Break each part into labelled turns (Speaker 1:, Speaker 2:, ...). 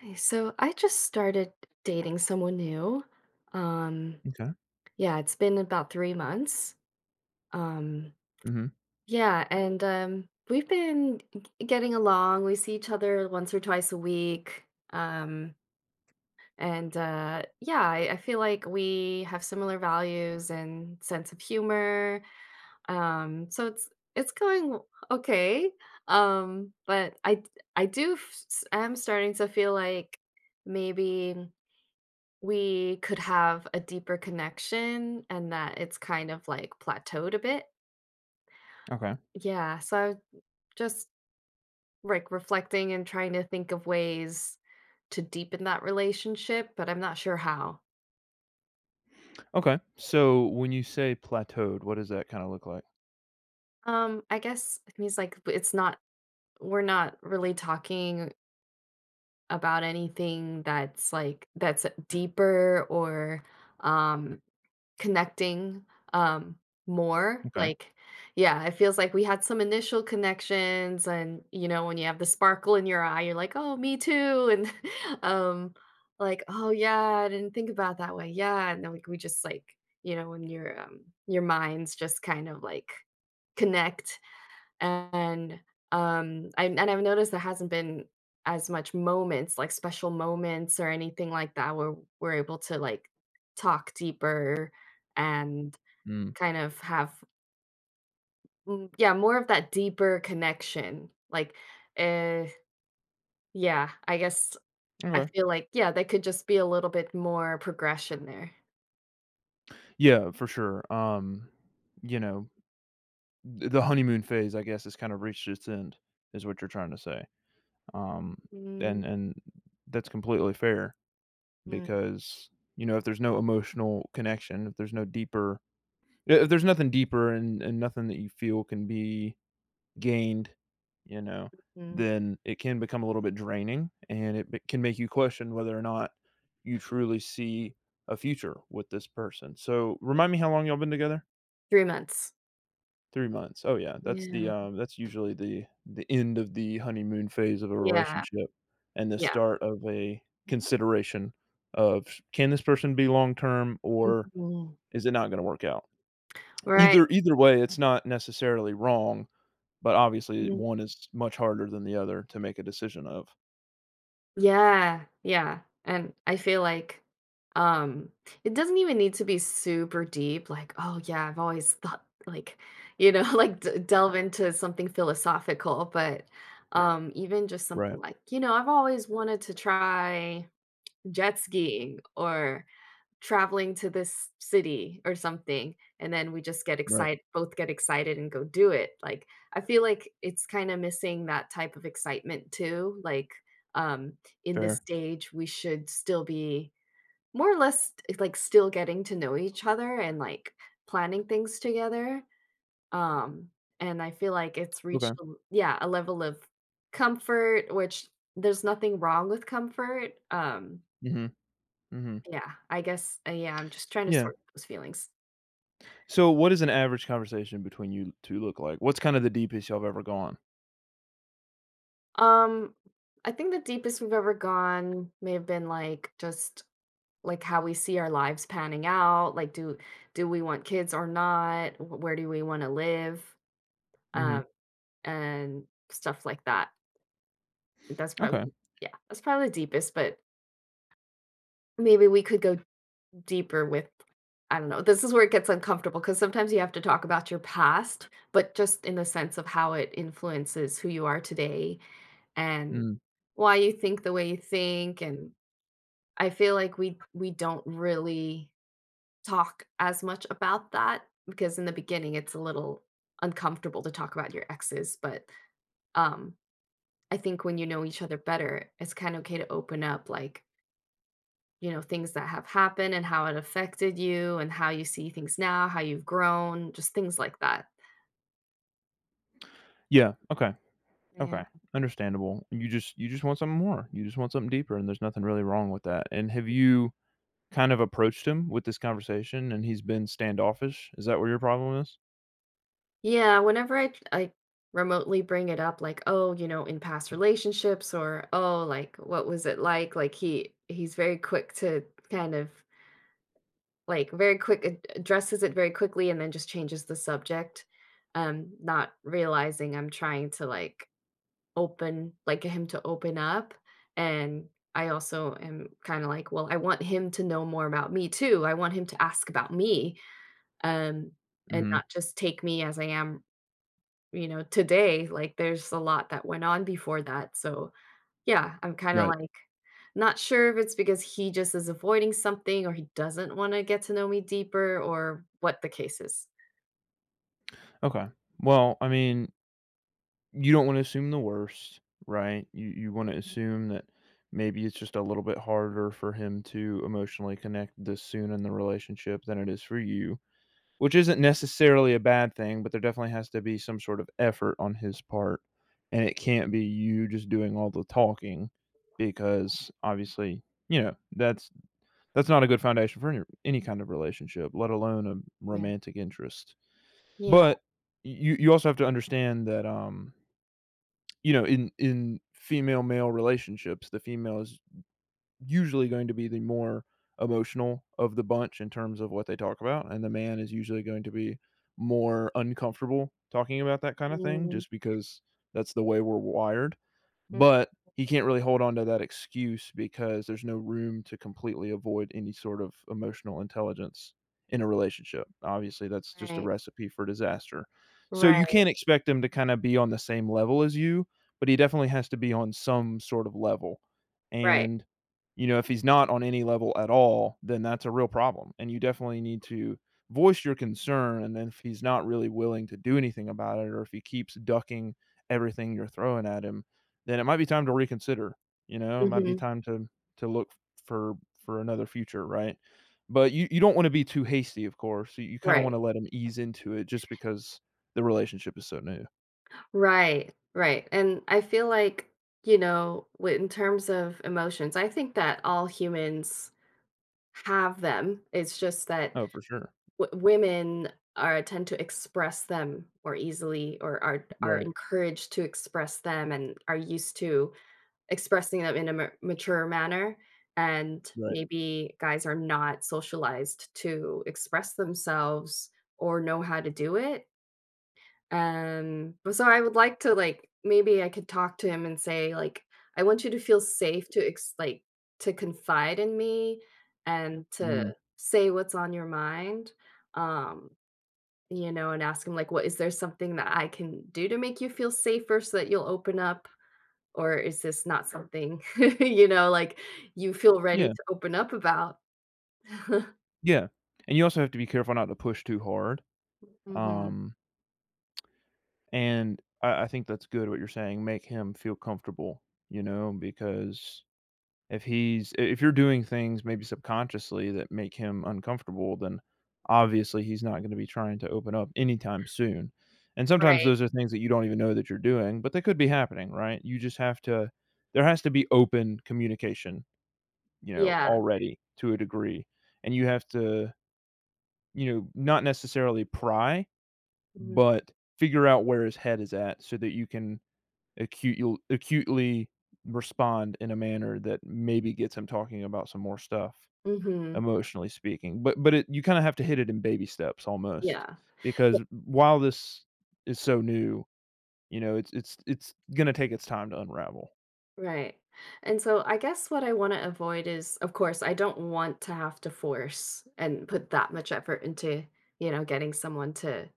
Speaker 1: Hey, so I just started dating someone new. Um,
Speaker 2: Okay.
Speaker 1: yeah, it's been about 3 months. Um,
Speaker 2: Mhm.
Speaker 1: yeah, and we've been getting along. We see each other once or twice a week. Um, and yeah, I feel like we have similar values and sense of humor. So it's going okay. But I am starting to feel like maybe we could have a deeper connection and that it's kind of like plateaued a bit.
Speaker 2: Okay.
Speaker 1: Yeah. So I was just like reflecting and trying to think of ways to deepen that relationship, but I'm not sure how.
Speaker 2: Okay. So when you say plateaued, what does that kind of look like?
Speaker 1: I guess it means like it's not we're not really talking about anything that's deeper or um connecting, um, more,
Speaker 2: Okay.
Speaker 1: like yeah, it feels like we had some initial connections and, when you have the sparkle in your eye, you're like, "Oh, me too," and, um, like, "Oh, yeah, I didn't think about it that way, yeah," and then, like, we just, like, when your minds just kind of, like, connect. And, I've noticed there hasn't been as much moments, like special moments or anything like that where we're able to, like, talk deeper and
Speaker 2: Mm.
Speaker 1: kind of have m yeah, more of that deeper connection. Like, uh yeah, I guess I
Speaker 2: Okay.
Speaker 1: feel like, yeah, there could just be a little bit more progression there.
Speaker 2: Yeah, for sure. You know, the honeymoon phase, I guess, has kind of reached its end, is what you're trying to say. Um,
Speaker 1: Mm,
Speaker 2: and that's completely fair because, you know, if there's no emotional connection, if there's no deeper, if there's nothing deeper and nothing that you feel can be gained, you know,
Speaker 1: mhm,
Speaker 2: then it can become a little bit draining and it can make you question whether or not you truly see a future with this person. So
Speaker 1: yeah.
Speaker 2: remind me how long y'all been together?
Speaker 1: 3 months.
Speaker 2: 3 months. Oh yeah, that's the
Speaker 1: Yeah.
Speaker 2: that's usually the end of the honeymoon phase of a
Speaker 1: Yeah,
Speaker 2: relationship and the
Speaker 1: yeah.
Speaker 2: start of a consideration of, can this person be long term or
Speaker 1: Mhm.
Speaker 2: is it not going to work out?
Speaker 1: Right.
Speaker 2: Either way, it's not necessarily wrong. But obviously,
Speaker 1: Mhm.
Speaker 2: one is much harder than the other to make a decision of.
Speaker 1: Yeah, yeah, and I feel like, um, it doesn't even need to be super deep, like, "Oh, yeah, I've always thought," like, like, d delve into something philosophical, but, yeah. Even just
Speaker 2: Right,
Speaker 1: something like, you know, "I've always wanted to try jet skiing," or, traveling to this city or something, and then we just get
Speaker 2: right.
Speaker 1: excited. Both get excited and go do it, like, I feel like it's kinda missing that type of excitement too, like, um, in this
Speaker 2: Fair.
Speaker 1: stage, we should still be more or less, it's like, still getting to know each other and, like, planning things together, um, and I feel like it's
Speaker 2: Okay.
Speaker 1: reached yeah, a level of comfort, which there's nothing wrong with comfort,
Speaker 2: Mhm, mhm.
Speaker 1: yeah, I guess, yeah, I'm just trying to
Speaker 2: Yeah.
Speaker 1: sort those feelings.
Speaker 2: So, what does an average conversation between you 2 look like? What's kinda the deepest y'all have ever gone?
Speaker 1: Um, I think the deepest we've ever gone may have been like just like how we see our lives panning out. Like, do we want kids or not? Where do we want to live?
Speaker 2: Mhm.
Speaker 1: Um, and stuff like that. That's probably
Speaker 2: Okay.
Speaker 1: yeah, that's probably the deepest. But maybe we could go deeper with I don't know. This is where it gets uncomfortable because sometimes you have to talk about your past, but just in the sense of how it influences who you are today and
Speaker 2: Mm.
Speaker 1: why you think the way you think and I feel like we don't really talk as much about that because in the beginning it's a little uncomfortable to talk about your exes, but um I think when you know each other better, it's kind of okay to open up, like things that have happened and how it affected you and how you see things now, how you've grown, just things like that.
Speaker 2: Yeah. Okay.
Speaker 1: Yeah.
Speaker 2: Okay. Understandable. You just want something more. You just want something deeper, and there's nothing really wrong with that. And have you kind of approached him with this conversation and he's been standoffish? Is that where your problem is?
Speaker 1: Yeah, whenever I remotely bring it up like, "Oh, you know, in past relationships," or, "Oh, like what was it like?" Like he's very quick to kind of addresses it very quickly and then just changes the subject, not realizing I'm trying to him to open up, and I also am kinda like, well, I want him to know more about me too, I want him to ask about me, um, and
Speaker 2: Mhm.
Speaker 1: not just take me as I am, today, like, there's a lot that went on before that, so, yeah, I'm kinda
Speaker 2: Right.
Speaker 1: like, not sure if it's because he just is avoiding something or he doesn't wanna get to know me deeper or what the case is.
Speaker 2: Okay. Well, I mean, you don't wanna assume the worst, right? You wanna assume that maybe it's just a little bit harder for him to emotionally connect this soon in the relationship than it is for you, which isn't necessarily a bad thing, but there definitely has to be some sort of effort on his part, and it can't be you just doing all the talking because, obviously, you know, that's not a good foundation for any kind of relationship, let alone a
Speaker 1: Yeah.
Speaker 2: romantic interest.
Speaker 1: Yeah.
Speaker 2: But you also have to understand that, you know, in female male relationships, the female is usually going to be the more emotional of the bunch in terms of what they talk about, and the man is usually going to be more uncomfortable talking about that kind of thing
Speaker 1: Mm.
Speaker 2: just because that's the way we're wired.
Speaker 1: Mm,
Speaker 2: But he can't really hold on to that excuse because there's no room to completely avoid any sort of emotional intelligence in a relationship. Obviously, that's just a
Speaker 1: right.
Speaker 2: recipe for disaster. So
Speaker 1: Right,
Speaker 2: you can't expect him to kind of be on the same level as you, but he definitely has to be on some sort of level.
Speaker 1: right.
Speaker 2: And, you know, if he's not on any level at all, then that's a real problem. And you definitely need to voice your concern. And then if he's not really willing to do anything about it, or if he keeps ducking everything you're throwing at him, then it might be time to reconsider, you know? It might be
Speaker 1: Mhm.
Speaker 2: time to look for for another future, right? But you don't wanna be too hasty, of course. You kinda
Speaker 1: Right.
Speaker 2: wanna let 'em ease into it just because the relationship is so new.
Speaker 1: Right, right, and I feel like, w in terms of emotions, I think that all humans have them. It's just that
Speaker 2: Oh, for sure.
Speaker 1: w women are tend to express them more easily or are
Speaker 2: Right,
Speaker 1: encouraged to express them and are used to expressing them in a ma mature manner, and
Speaker 2: right.
Speaker 1: maybe guys are not socialized to express themselves or know how to do it. But so I would like to, like, maybe I could talk to him and say like I want you to feel safe to like to confide in me and to
Speaker 2: Mm.
Speaker 1: say what's on your mind. Um, and ask him like what is there something that I can do to make you feel safer so that you'll open up or is this not something like you feel ready
Speaker 2: Yeah,
Speaker 1: to open up about?
Speaker 2: yeah. And you also have to be careful not to push too hard.
Speaker 1: Mhm.
Speaker 2: Um, and I think that's good what you're saying, make him feel comfortable, you know, because if he's, if you're doing things maybe subconsciously that make him uncomfortable, then obviously he's not gonna be trying to open up anytime soon. And sometimes
Speaker 1: Right.
Speaker 2: those are things that you don't even know that you're doing, but they could be happening, right? You just have to, there has to be open communication, you know,
Speaker 1: Yeah.
Speaker 2: already to a degree, and you have to, you know, not necessarily pry,
Speaker 1: Mhm.
Speaker 2: but figure out where his head is at so that you can acutely respond in a manner that maybe gets him talking about some more stuff
Speaker 1: Mhm.
Speaker 2: emotionally speaking, but you kind of have to hit it in baby steps almost
Speaker 1: Yeah.
Speaker 2: because while this is so new, you know, it's going to take its time to unravel.
Speaker 1: Right. And so I guess what I want to avoid is, of course, I don't want to have to force and put that much effort into, getting someone to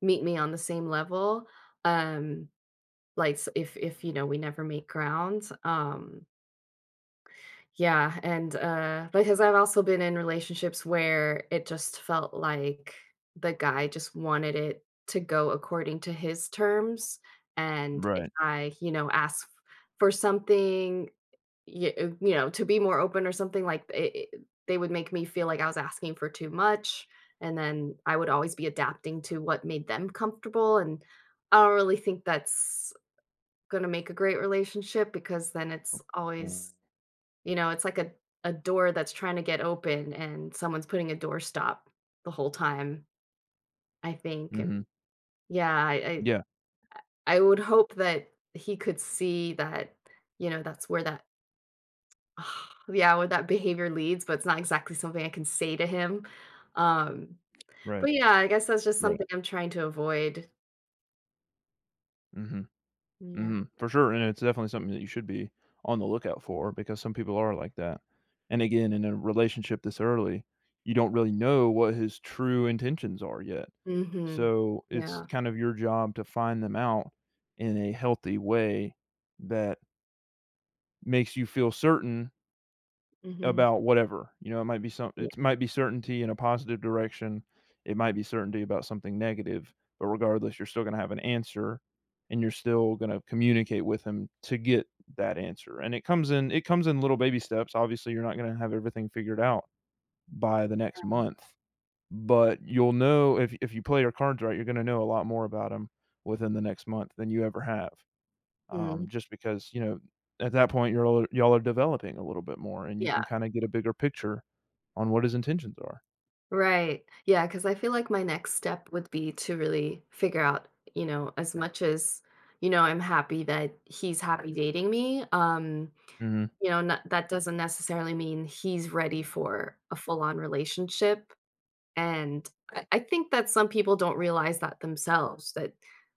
Speaker 1: meet me on the same level. Um, like if we never make ground. Yeah, and because I've also been in relationships where it just felt like the guy just wanted it to go according to his terms. And if
Speaker 2: Right.
Speaker 1: I, ask for something, yeah, to be more open or something like it they would make me feel like I was asking for too much, and then I would always be adapting to what made them comfortable, and I don't really think that's gonna make a great relationship because then it's always, it's like a door that's trying to get open and someone's putting a doorstop the whole time, I think, and
Speaker 2: Mhm.
Speaker 1: yeah, I
Speaker 2: Yeah.
Speaker 1: I I would hope that he could see that, that's where that Yeah, where that behavior leads, but it's not exactly something I can say to him. Um,
Speaker 2: Right,
Speaker 1: but yeah, I guess that's just
Speaker 2: right.
Speaker 1: something I'm trying to avoid.
Speaker 2: Mhm.
Speaker 1: Yeah.
Speaker 2: Mhm, for sure, and it's definitely something that you should be on the lookout for because some people are like that. And again, in a relationship this early, you don't really know what his true intentions are yet.
Speaker 1: Mhm.
Speaker 2: So, it's
Speaker 1: Yeah.
Speaker 2: kind of your job to find them out in a healthy way that makes you feel certain
Speaker 1: Mhm.
Speaker 2: about whatever, you know,
Speaker 1: Yeah.
Speaker 2: it might be certainty in a positive direction, it might be certainty about something negative, but regardless, you're still gonna have an answer, and you're still gonna communicate with him to get that answer, and it comes in little baby steps. Obviously, you're not gonna have everything figured out by the next month, but you'll know, if you play your cards right, you're gonna know a lot more about him within the next month than you ever have.
Speaker 1: Mm.
Speaker 2: Just because, you know, at that point, you're all, y'all are developing a little bit more, and you
Speaker 1: Yeah.
Speaker 2: can kinda get a bigger picture on what his intentions are.
Speaker 1: Right. Yeah, 'cause I feel like my next step would be to really figure out, as much as, I'm happy that he's happy dating me,
Speaker 2: Mhm,
Speaker 1: not, that doesn't necessarily mean he's ready for a full-on relationship. And I think that some people don't realize that themselves that,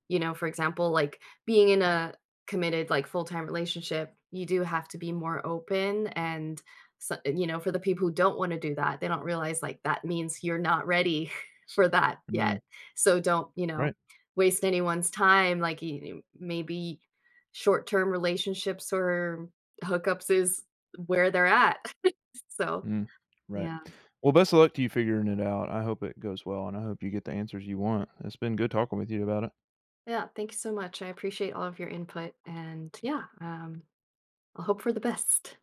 Speaker 1: you know, for example, like being in a committed, like full time relationship, you do have to be more open. And, so, for the people who don't want to do that, they don't realize like that means you're not ready for that yet.
Speaker 2: mhm,
Speaker 1: So don't,
Speaker 2: right,
Speaker 1: waste anyone's time. Like maybe short term relationships or hookups is where they're at. So,
Speaker 2: mm, right.
Speaker 1: yeah.
Speaker 2: Well, best of luck to you figuring it out. I hope it goes well, and I hope you get the answers you want. It's been good talking with you about it.
Speaker 1: Yeah, thank you so much. I appreciate all of your input. And yeah, I'll hope for the best.